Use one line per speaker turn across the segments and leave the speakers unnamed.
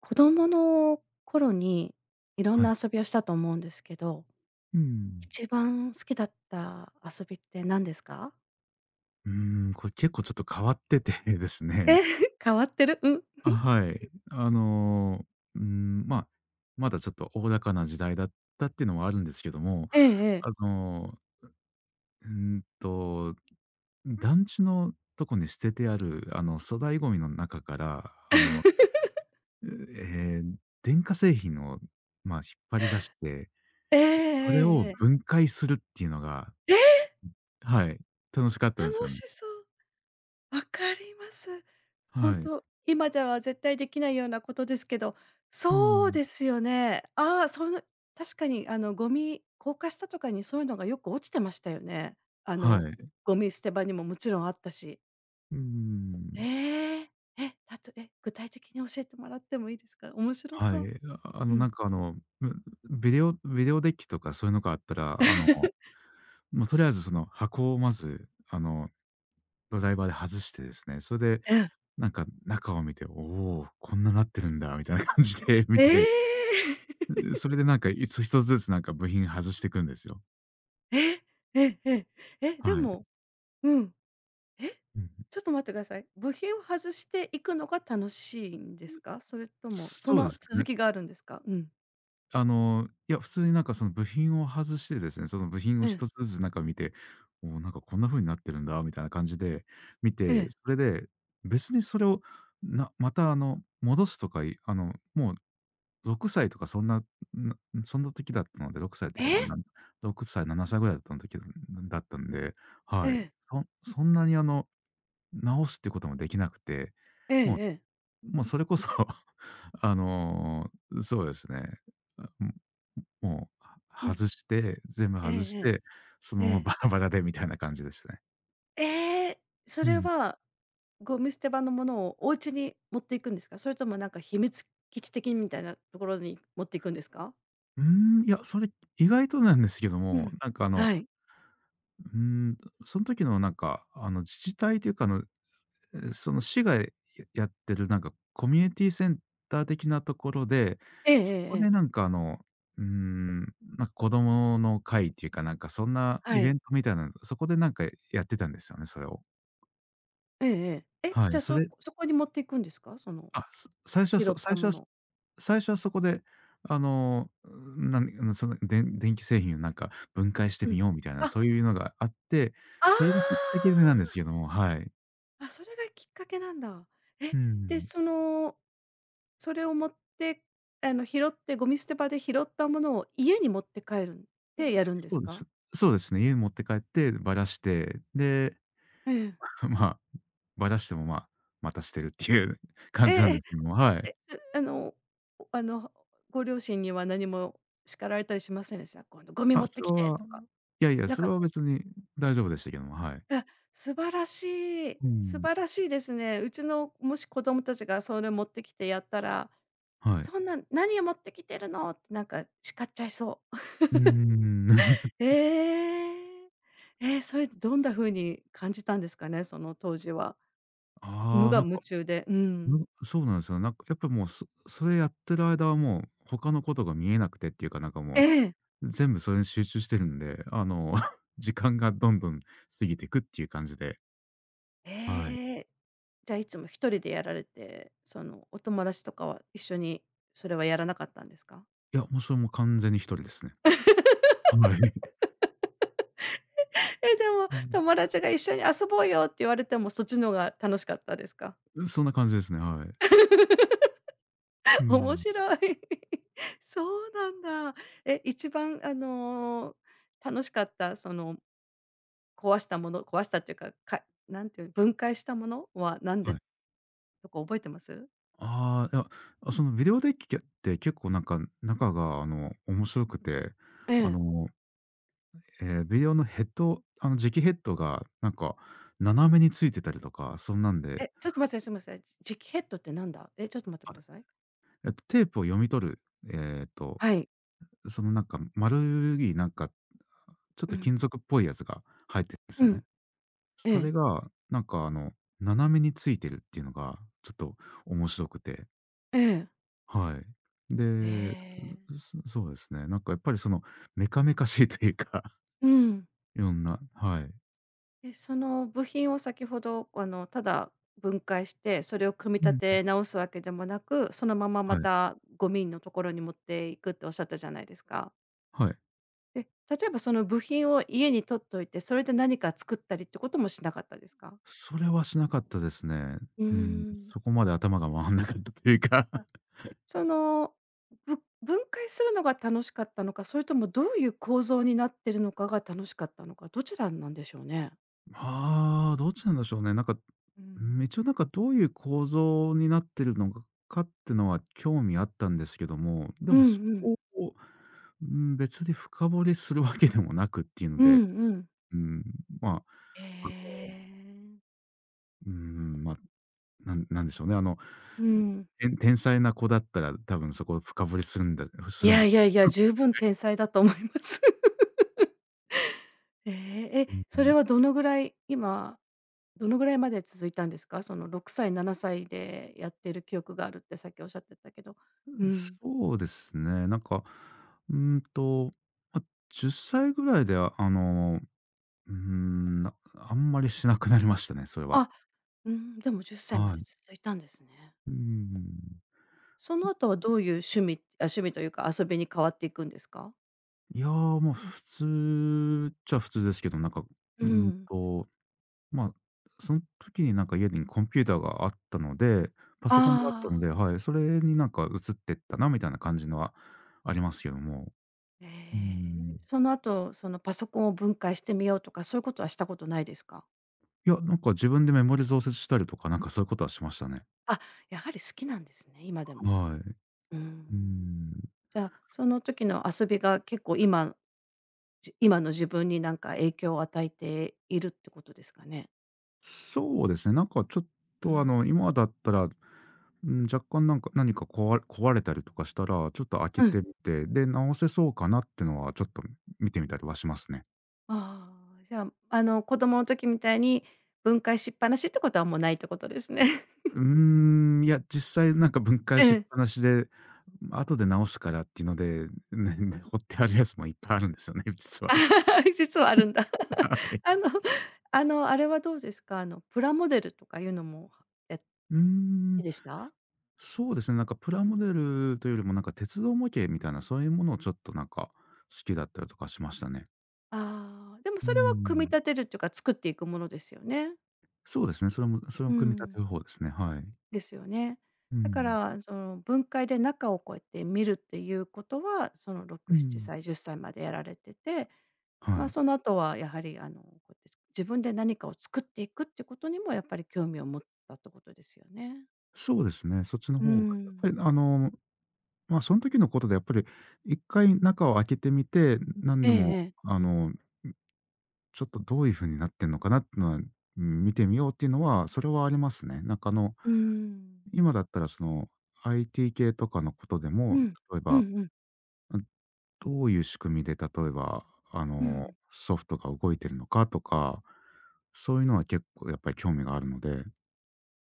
子供の頃にいろん
はい。
な遊びをしたと思うんですけど、
うん。
一番好きだった遊びって何ですか？
これ結構ちょっと変わってて です
え、
ね。
変わってる、うん。
あ、はい。ー、うーん、まあ、まだちょっとおおらかな時代だったっていうのはあるんですけども、
えええ
あ
え。
のー、うーんと、団地のとこに捨ててある、あの、粗大ゴミの中から、えー電化製品を、まあ、引っ張り出して、
ええ
そ
え
れを
えええ。
分解するっていうのが、
ええええ、
はい、楽しかったんですよ
楽
ね。
しそう。わかります。本
はい。
当、今では絶対できないようなことですけど、
う
そう
ん。
ですよね。ああ、その、確かにあのゴミ高架下とかにそういうのがよく落ちてましたよね。あ
は
の
い。
ゴミ捨て場にももちろんあったし。
うーん。
ええ。え、たとえ、具体的に教えてもらってもいいですか？面白
は
そ
い。
う。
あ、あ
う
の、な
ん。
んか、あの、ビデオビデオデッキとかそういうのがあったら、あの、もうとりあえずその箱をまず、あの、ドライバーで外してですね、それで
うん。
なんか中を見て、おお、こんななってるんだみたいな感じで見
え
て、
え！
それでなんか、ひとつずつなんか部品外してくんですよ。
え、ええ。え、で
はい。
もうん。え、
うん。
ちょっと待ってください。部品を外していくのが楽しいんですか？それとも、そ
そうで
の
す
続
ね。
きがあるんですか？うん。
あの、いや、普通になんかその部品を外してですね、その部品を
ええ、
一つずつなんか見て、おお、なんかこんな風になってるんだみたいな感じで見
え
て、
え。
それで、別にそれを、また、あの、戻すとか、いあの、もう6歳とかそんな、なそんな時だったので、6歳っていう
え？
か、まあ、6歳、7歳ぐらいだったの時だだったんで、
え
はい。
え。
そんなにあの、直すってこともできなくて、
ええ
もう
ええ。
もうそれこそ あの、そうですね。あも、もう、
う
は外
ん。
して、全部
ええ
外し
え
て、そ
え。
のま
え
ま
え。
バラバラでみたいな感じでしたね。
ええ！そ
う
れ
ん。
はゴミ捨て場のものをお家に持っていくんですか？それともなんか秘密基地的にみたいなところに持っていくんですか？
うーん、いや、それ意外となんですけど
う
も、
ん。
なんかあの、
はい。
うーん、その時のなんか、あの、自治体というか、あの、その市がやってるなんかコミュニティセンター的なところで、
ええええ
そ
え
こで
え。
なんかあの、うーん、なんか子供の会っていうか、なんかそんなイ
は
ベ
い。
ントみたいなの、そこでなんかやってたんですよね、それを。
ええええ。え、
は
じ
い、
ゃあ、そそこに持っていくんですか？その
あ、す最初は
拾
そ
ったもの。
最初はそこで、あの、なん、その、電気製品をなんか分解して
う
み
ん。
ようみたいな、
あ、あ
そういうのがあって、
あ！
それがきっかけでなんですけども、はい。
あ、それがきっかけなんだ。
う
え、で、
ん。
その、それを持って、あの、拾ってゴミ捨て場で拾ったものを家に持って帰るんでやるんで
そ
す
うで
か？
す。そうですね。家に持って帰ってばらして、で、
ええ。
まあ、ばらしても、まあ、また捨てるっていう 感
え
じなんで
え
すけども、は
え
い。
え、そあの、おあの、ご両親には何も叱られたりしませんでした？今度「ゴミ
あ、
持って
それ
きて」
は、
とか、
いやいや、
なん
それ
か、
は別に大丈夫でしたけども、はい。
あ、素晴らしい。
う
素
ん、
晴らしいですね。うちのもし子供たちがそれ持ってきてやったら、
はい。
「そんな何を持ってきてるの」ってなんか叱っちゃいそう。
うーん。
ええ。え、それどんな風に感じたんですかね？その当時は。無
ああ、
我
なん
夢
か、
中で。うん。
そうなんですよ。なんかやっぱもう、それやってる間はもう、他のことが見えなくてっていうか、なんか
え
も
え。
う、全部それに集中してるんで、あの、時間がどんどん過ぎていくっていう感じで、はい。
ええ。じゃあいつも一人でやられて、その、お友達とかは一緒にそれはやらなかったんですか？
いや、もうそれも完全に一人ですね。はい。
え、でも
うん。
友達が一緒に遊ぼうよって言われても、そっちの方が楽しかったですか？
そんな感じですね、はい。う
面
ん。
白い。そうなんだ。え、一番あの、楽しかった、その、壊したもの、壊したっていうか、かなんていう、分解したものは何
は
で
い。
とか覚えてます？
ああ、いや、あ、そのビデオデッキって結構なんか中があの面白くて、
え
あ
え。
の、えービデオのヘッド、あの磁気ヘッドがなんか斜めについてたりとか、そんなんで、
え、ちょっと待って、すみません。磁気ヘッドってなんだ？え、ちょっと待ってく
あ、
ださい。
えっと、テープを読み取る、えっと、
はい。
そのなんか丸いなんかちょっ
う
と
ん。
金属っぽいやつが入ってるんです
う
よね。
ん。え
それ
え。
がなんかあの斜めについてるっていうのがちょっと面白くて。
ええ。
はい。
え
で、
え。
そうですね。なんかやっぱりその、メカメカしいというか、
う ん。
いろんな、はい。
え、その部品を先ほど、あの、ただ分解して、それを組み
う
立
ん。
て直すわけでもなく、そのまま
は
ま
い。
たゴミのところに持っていくっておっしゃったじゃないですか。
はい。
で、例えばその部品を家に取っといて、それで何か作ったりってこともしなかったですか？
それはしなかったですね。
うー
うん、
ん。
そこまで頭が回んなかったというか。
あ、その、分解するのが楽しかったのか、それともどういう構造になってるのかが楽しかったのか、どちらなんでしょうね？
ああ、どっちなんでしょうね。なんか、
う
うん、
ん
一応なんかどういう構造になってるのかってのは興味あったんですけども、で
うん
も
う
そ
ん。
こを、うん、別に深掘りするわけでもなくっていうの
う
で、
んうん。
うん、まあ、
へ
あの、
え。
うん、まあ、なんなんでしょうね、あの、
うん。
天才な子だったら、多分そこ深掘りするす
い
るん
や
で
い
しょ
やいや、十分天才だと思います。ええ、え、
う。ん。う
そ
ん
れはどのぐらい、今、どのぐらいまで続いたんですか？その6歳、7歳でやってる記憶があるってさっきおっしゃってたけど。う
うん。
ん。
そうですね、なんか、うーんと、ま、10歳ぐらいでは、あの、うーん、あんまりしなくなりましたね、それは。
あ、うん、でも10歳ま
は
で
い。
続いたんですね。
うん。
その後はどういう趣味というか遊びに変わっていくんですか？
いや、もう普通っちゃ普通ですけど、なんか、
う
うん
ん。
と、まあ、その時になんか家にコンピューターがあったので、パソコンがあった
あ
の
あ、
で、はい、それになんか移ってったなみたいな感じのはありますけども。
え
うー
え。
ん。
その後、そのパソコンを分解してみようとか、そういうことはしたことないですか？
いや、なんか自分でメモリ増設したりとか、なんかそういうことはしましたね。
あ、やはり好きなんですね、今でも。
はい。う
うー
ー
ん。
ん。
じゃあ、その時の遊びが結構今、今の自分になんか影響を与えているってことですかね？
そうですね、なんかちょっ
う
とあ
ん。
の、今だったら、うん、若干なんか何か壊れたりとかしたら、ちょっと開け
う
て
ん。
みて、で、直せそうかなってのはちょっと見てみたりはしますね。
ああ、じゃあ、あの、子供の時みたいに分解しっぱなしってことはもうないってことですね。
うーん、いや、実際なんか分解
え
しっ
え。
ぱなしで、後で直すからっていうので、ね、放ってあるやつもいっぱいあるんですよね、実は。は
実はあるんだ。あ
い。
のあの、あれはどうですか？あの、プラモデルとかいうのも、や好
うー
き
ん、
でした？
そうですね、なんかプラモデルというよりもなんか鉄道模型みたいな、そういうものをちょっとなんか好きだったりとかしましたね。
ああー、でも
うー
それは組み
ん。
立てるっていうか、作っていくものですよね？
そうですね、それ
う
も組み立
ん。
てる方ですね、はい。
ですよね。
う
だか
ん。
ら、その、分解で中をこうやって見るっていうことは、その
う
6、7
ん。
歳、10歳までやられてて、ま
は
あ、
い。
その後はやはり、あの、こうやって自分で何かを作っていくってことにもやっぱり興味を持ったってことですよね。
そうですね、そっちの
うー
方がやっぱり
ん。
あの、まあ、その時のことでやっぱり一回中を開けてみて、何
え
で
え
も、
ええ。
あの、ちょっとどういう風になってんのかなってのは、うん、見てみようっていうのは、それはありますね。なんかあの、
うーん。
今だったらその IT 系とかのことで
う
も、
ん。
例え
うん
ば、
うん。
どういう仕組みで例えば、あ
う
の、
ん。
ソフトが動いてるのかとか、そういうのは結構やっぱり興味があるので。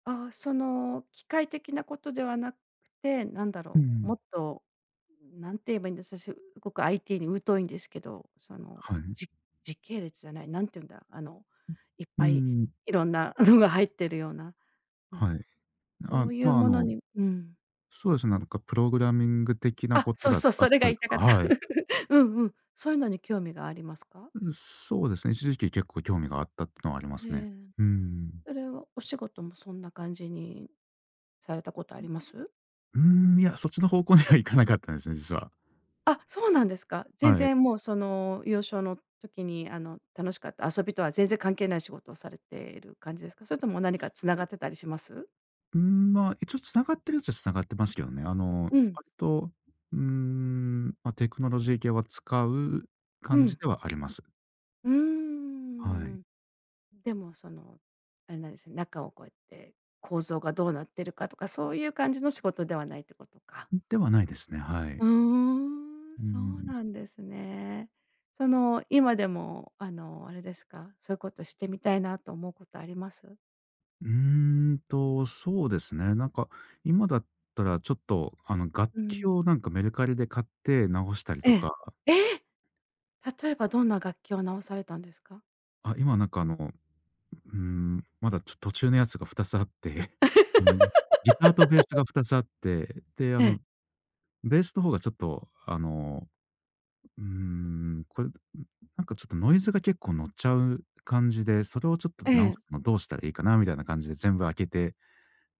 ああ、その、機械的なことではなくて、なんだ
う
ろう、も
ん、
っと、何て言えばいいんです、私、すごく IT に疎いんですけど、その、
はい。
じ時系列じゃない、なんて言うんだ、あの、いっ
う
ぱい
ん。
いろんな のが入ってるような、う
はい。
ん、そ
あ、
ういう
まあ、あ
もの
の、
にうん。
そうですね、なんかプログラミング的な
あ、
こと
そうそう、
あっ
それが
たり
言い
と
た
か、
かった。
はい。
うんうん。そういうのに興味がありますか？
うん、そうですね、一時期結構興味があったってのはありま
え
すね。
え。
うん。
それはお仕事もそんな感じにされたことあります？
うーん、いや、そっちの方向には行かなかったんですね、実は。
あ、そうなんですか。全
はい。
然もうその幼少の時にあの楽しかった遊びとは全然関係ない仕事をされている感じですか？それとも何かつながってたりします？
うーん、まあ、一応繋がってるっちゃ繋がってますけどね。あの、
うん、
割と、うーん、まあ、テクノロジー系は使う
う
感じ
ん、
ではあります。
うー
はい。
ん。でもその、あれなんですね、中をこうやって構造がどうなってるかとか、そういう感じの仕事ではないってことか。
ではないですね、はい。
うーん、
う
そ
ん。
うなんですね。その今でもあのあれですか、そういうことしてみたいなと思うことあります？
うーんと、そうですね。なんか、今だったらちょっと、あの、楽
う
器を
ん。
なんかメルカリで買って直したり
え
と
え。
か、
ええ！例えばどんな楽器を直されたんですか？
あ、今なんかあの、うーん、まだ途中のやつが2つあって、あの、ギターとベースが2つあって、で、あ
ええ、
の、ベースの方がちょっと、あの、うーん、これ、なんかちょっとノイズが結構乗っちゃう感じで、それをちょっと
え
直
え。
すのどうしたらいいかなみたいな感じで全部開けて、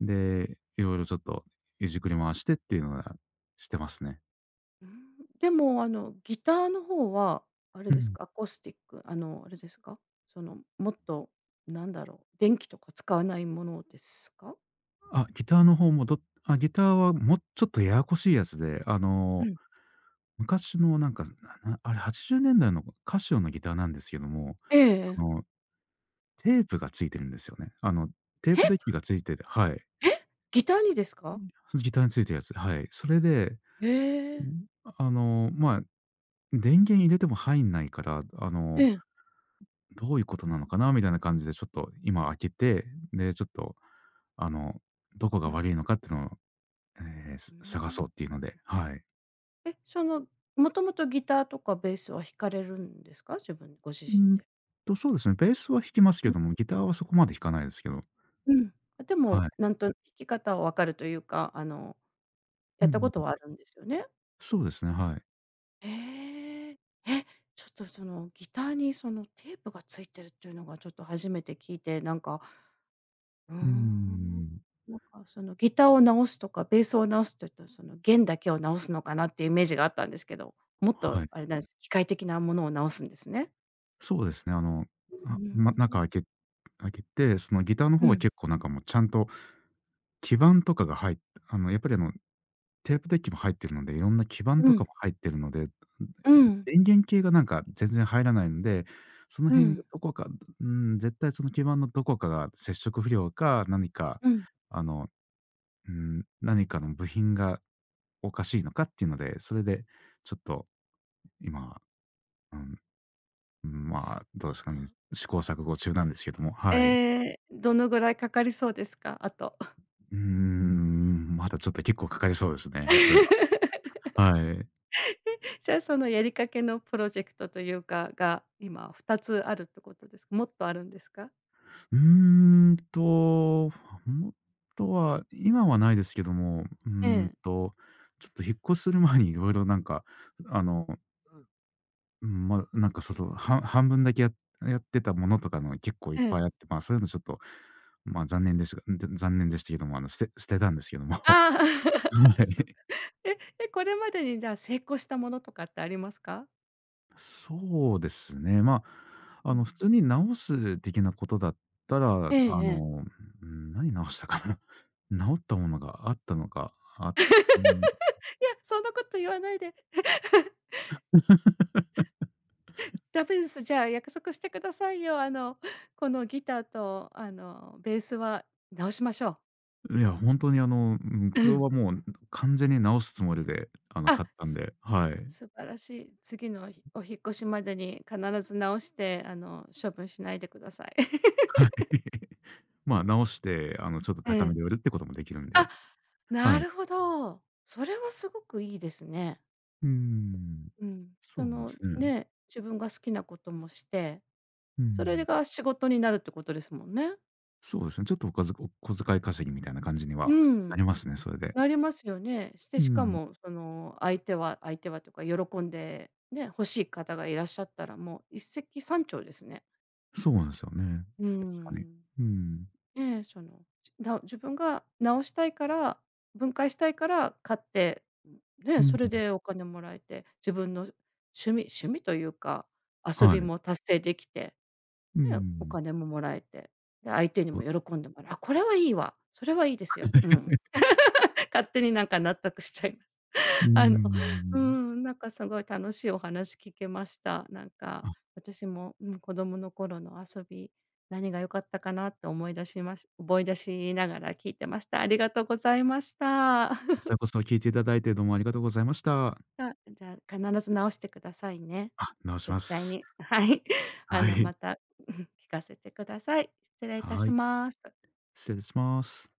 で、いろいろちょっといじくり回してっていうのはしてますね。
うーん、でもあのギターの方はあれ
う
です
ん。
か、アコースティック、あのあれですか？そのもっとなんだろう、電気とか使わないものですか？
あ、ギターの方もどあ、ギターはもうちょっとややこしいやつで、
うん。
昔のなんか、あれ80年代のカシオのギターなんですけども、
ええ
あ
ええ。
の、テープがついてるんですよね。テー
テ
プデ
ー
ッキ
プ？
がついてて、はい。
え、ギターにですか？
そのギターについてるやつ、はい。それで、
へえ。
まあ、電源入れても入んないから、
ええ。
どういうことなのかなみたいな感じでちょっと今開けて、で、ちょっと、あの、どこ
う
が
ん、
悪いのかっていうのを、えーす
うー
探そう
ん。
っていうので、はい。
え、そのもともとギターとかベースは弾かれるんですか？自分ご自
う
身
ん
で。
そうですね、ベースは弾きますけ
うん。
ども、ギターはそこまで弾かないですけど、
うん。あ、で
は
も
い。
なんと弾き方は分かるというか、あの、
う
や
ん
っ
うん
たこ
う
とはあ
ん。
るんですよね。
そうですね、はい。
ええ。え、ちょっとそのギターにそのテープがついてるっていうのがちょっと初めて聞いて、なんか、うー
うー
ん、
ん、
なんかそのギターを直すとか、ベースを直すというと、その弦だけを直すのかなっていうイメージがあったんですけど、もっ
は
と
い。
あれなんです、機械的なものを直すんですね。
そうですね、
う
あ、
ー
ま、中
ん。
開けて、そのギターの方
う
は
ん、
結構なんかもうちゃんと基板とかが入っやっぱりテープデッキも入ってるので、いろんな基板
う
とかも
ん、
入ってるので、
うん、
電源系がなんか全然入らないので、その
う
辺が
ん、
どこか、絶対その基板のどこかが接触不良か、何か、
うん。
あの、うー何かの部品がおかしいのかっていうので、それでちょっと今、うん、うん、ま
そ
あ、
っ
どうですかね、
か。
試行錯誤中なんですけども、
え
はい。
え、どのぐらいかかりそうですか？あと。
まだちょっと結構かかりそうですね、これは。はい。
じゃあ、そのやりかけのプロジェクトというか、が、今2つあるってことですか？もっとあるんですか？
うーんと、もっとは、今はないですけども、
え
ん
え、
と、ちょっと引っ越しする前に いろいろなんか、あの、うん、まあ、なんかその、半分だけやってたものとかの結構いっ
え
ぱいあっ
え。
て、ま、あそういうのちょっと、まあ、残念でしたけども、捨てたんですけども。
ああ、
は
そう。
い。
え、え、これまでにじゃあ成功したものとかってありますか？
そうですね。まあ、
う
普
ん。
通に直す的なことだったら、
ええええ。
何直したかな。直ったものがあったのか、あうん
そんなこと言わないで、ダメです。じゃあ約束してくださいよ。あの、このギターとあの、ベースは直しましょ
いや、本当に
う。う
これ
ん。
はもう完全に直すつもりで、
あ、
買ったん
す
で、はい。
素晴らしい。次のお引っ越しまでに必ず直して、あの、処分しないでください。
まあ、直して、ちょっと
え
高め
え。
で売るってこともできるん
あ、
で、は
な
い。
るほど。それはすごくいいですね。
うん、
うん。
そ
そ
うなんで
の、
すね。
ね、自分が好きなこともして、
う
それ
ん。
が仕事になるってことですもんね。
そうですね、ちょっとおかずお小遣い稼ぎみたいな感じに
う
はな
ん。
りますね、それで。
なりますよね。して
う
しか
ん。
もその相手はというか、喜んでね、欲しい方がいらっしゃったらもう一石三鳥ですね。
そうなんですよね。
う
確かに。
ん。
うん。
ええ、その、自分が直したいから、分解したいから買って、
う
ね、そ
ん。
れでお金もらえて、自分の味趣味というか、遊
は
び
い。
も達成できて、
う
ね、お
ん。
金ももらえて、で、相手に
お
も
う
喜んでもらう、あ、これはいいわ、それはいいですよ。うん。勝手になんか納得しちゃい
ー
あの、う
ん。
ん、なんかすごい楽しいお話聞けました。なん
あ、
か、
こ
私も、うん、子供の頃の遊び、何が良かったかなって思い出しながら聞いてました。ありがとうございました。
ち らこそ聞いていただいてどうもありがとうございました。
あ、じゃあ、必ず直してくださいね。
あ、直しま
絶対
す。
に。はい。あ
は
の、
い。
また、うん、聞かせてください。失礼いた
は
し
い。
ます。
失礼します。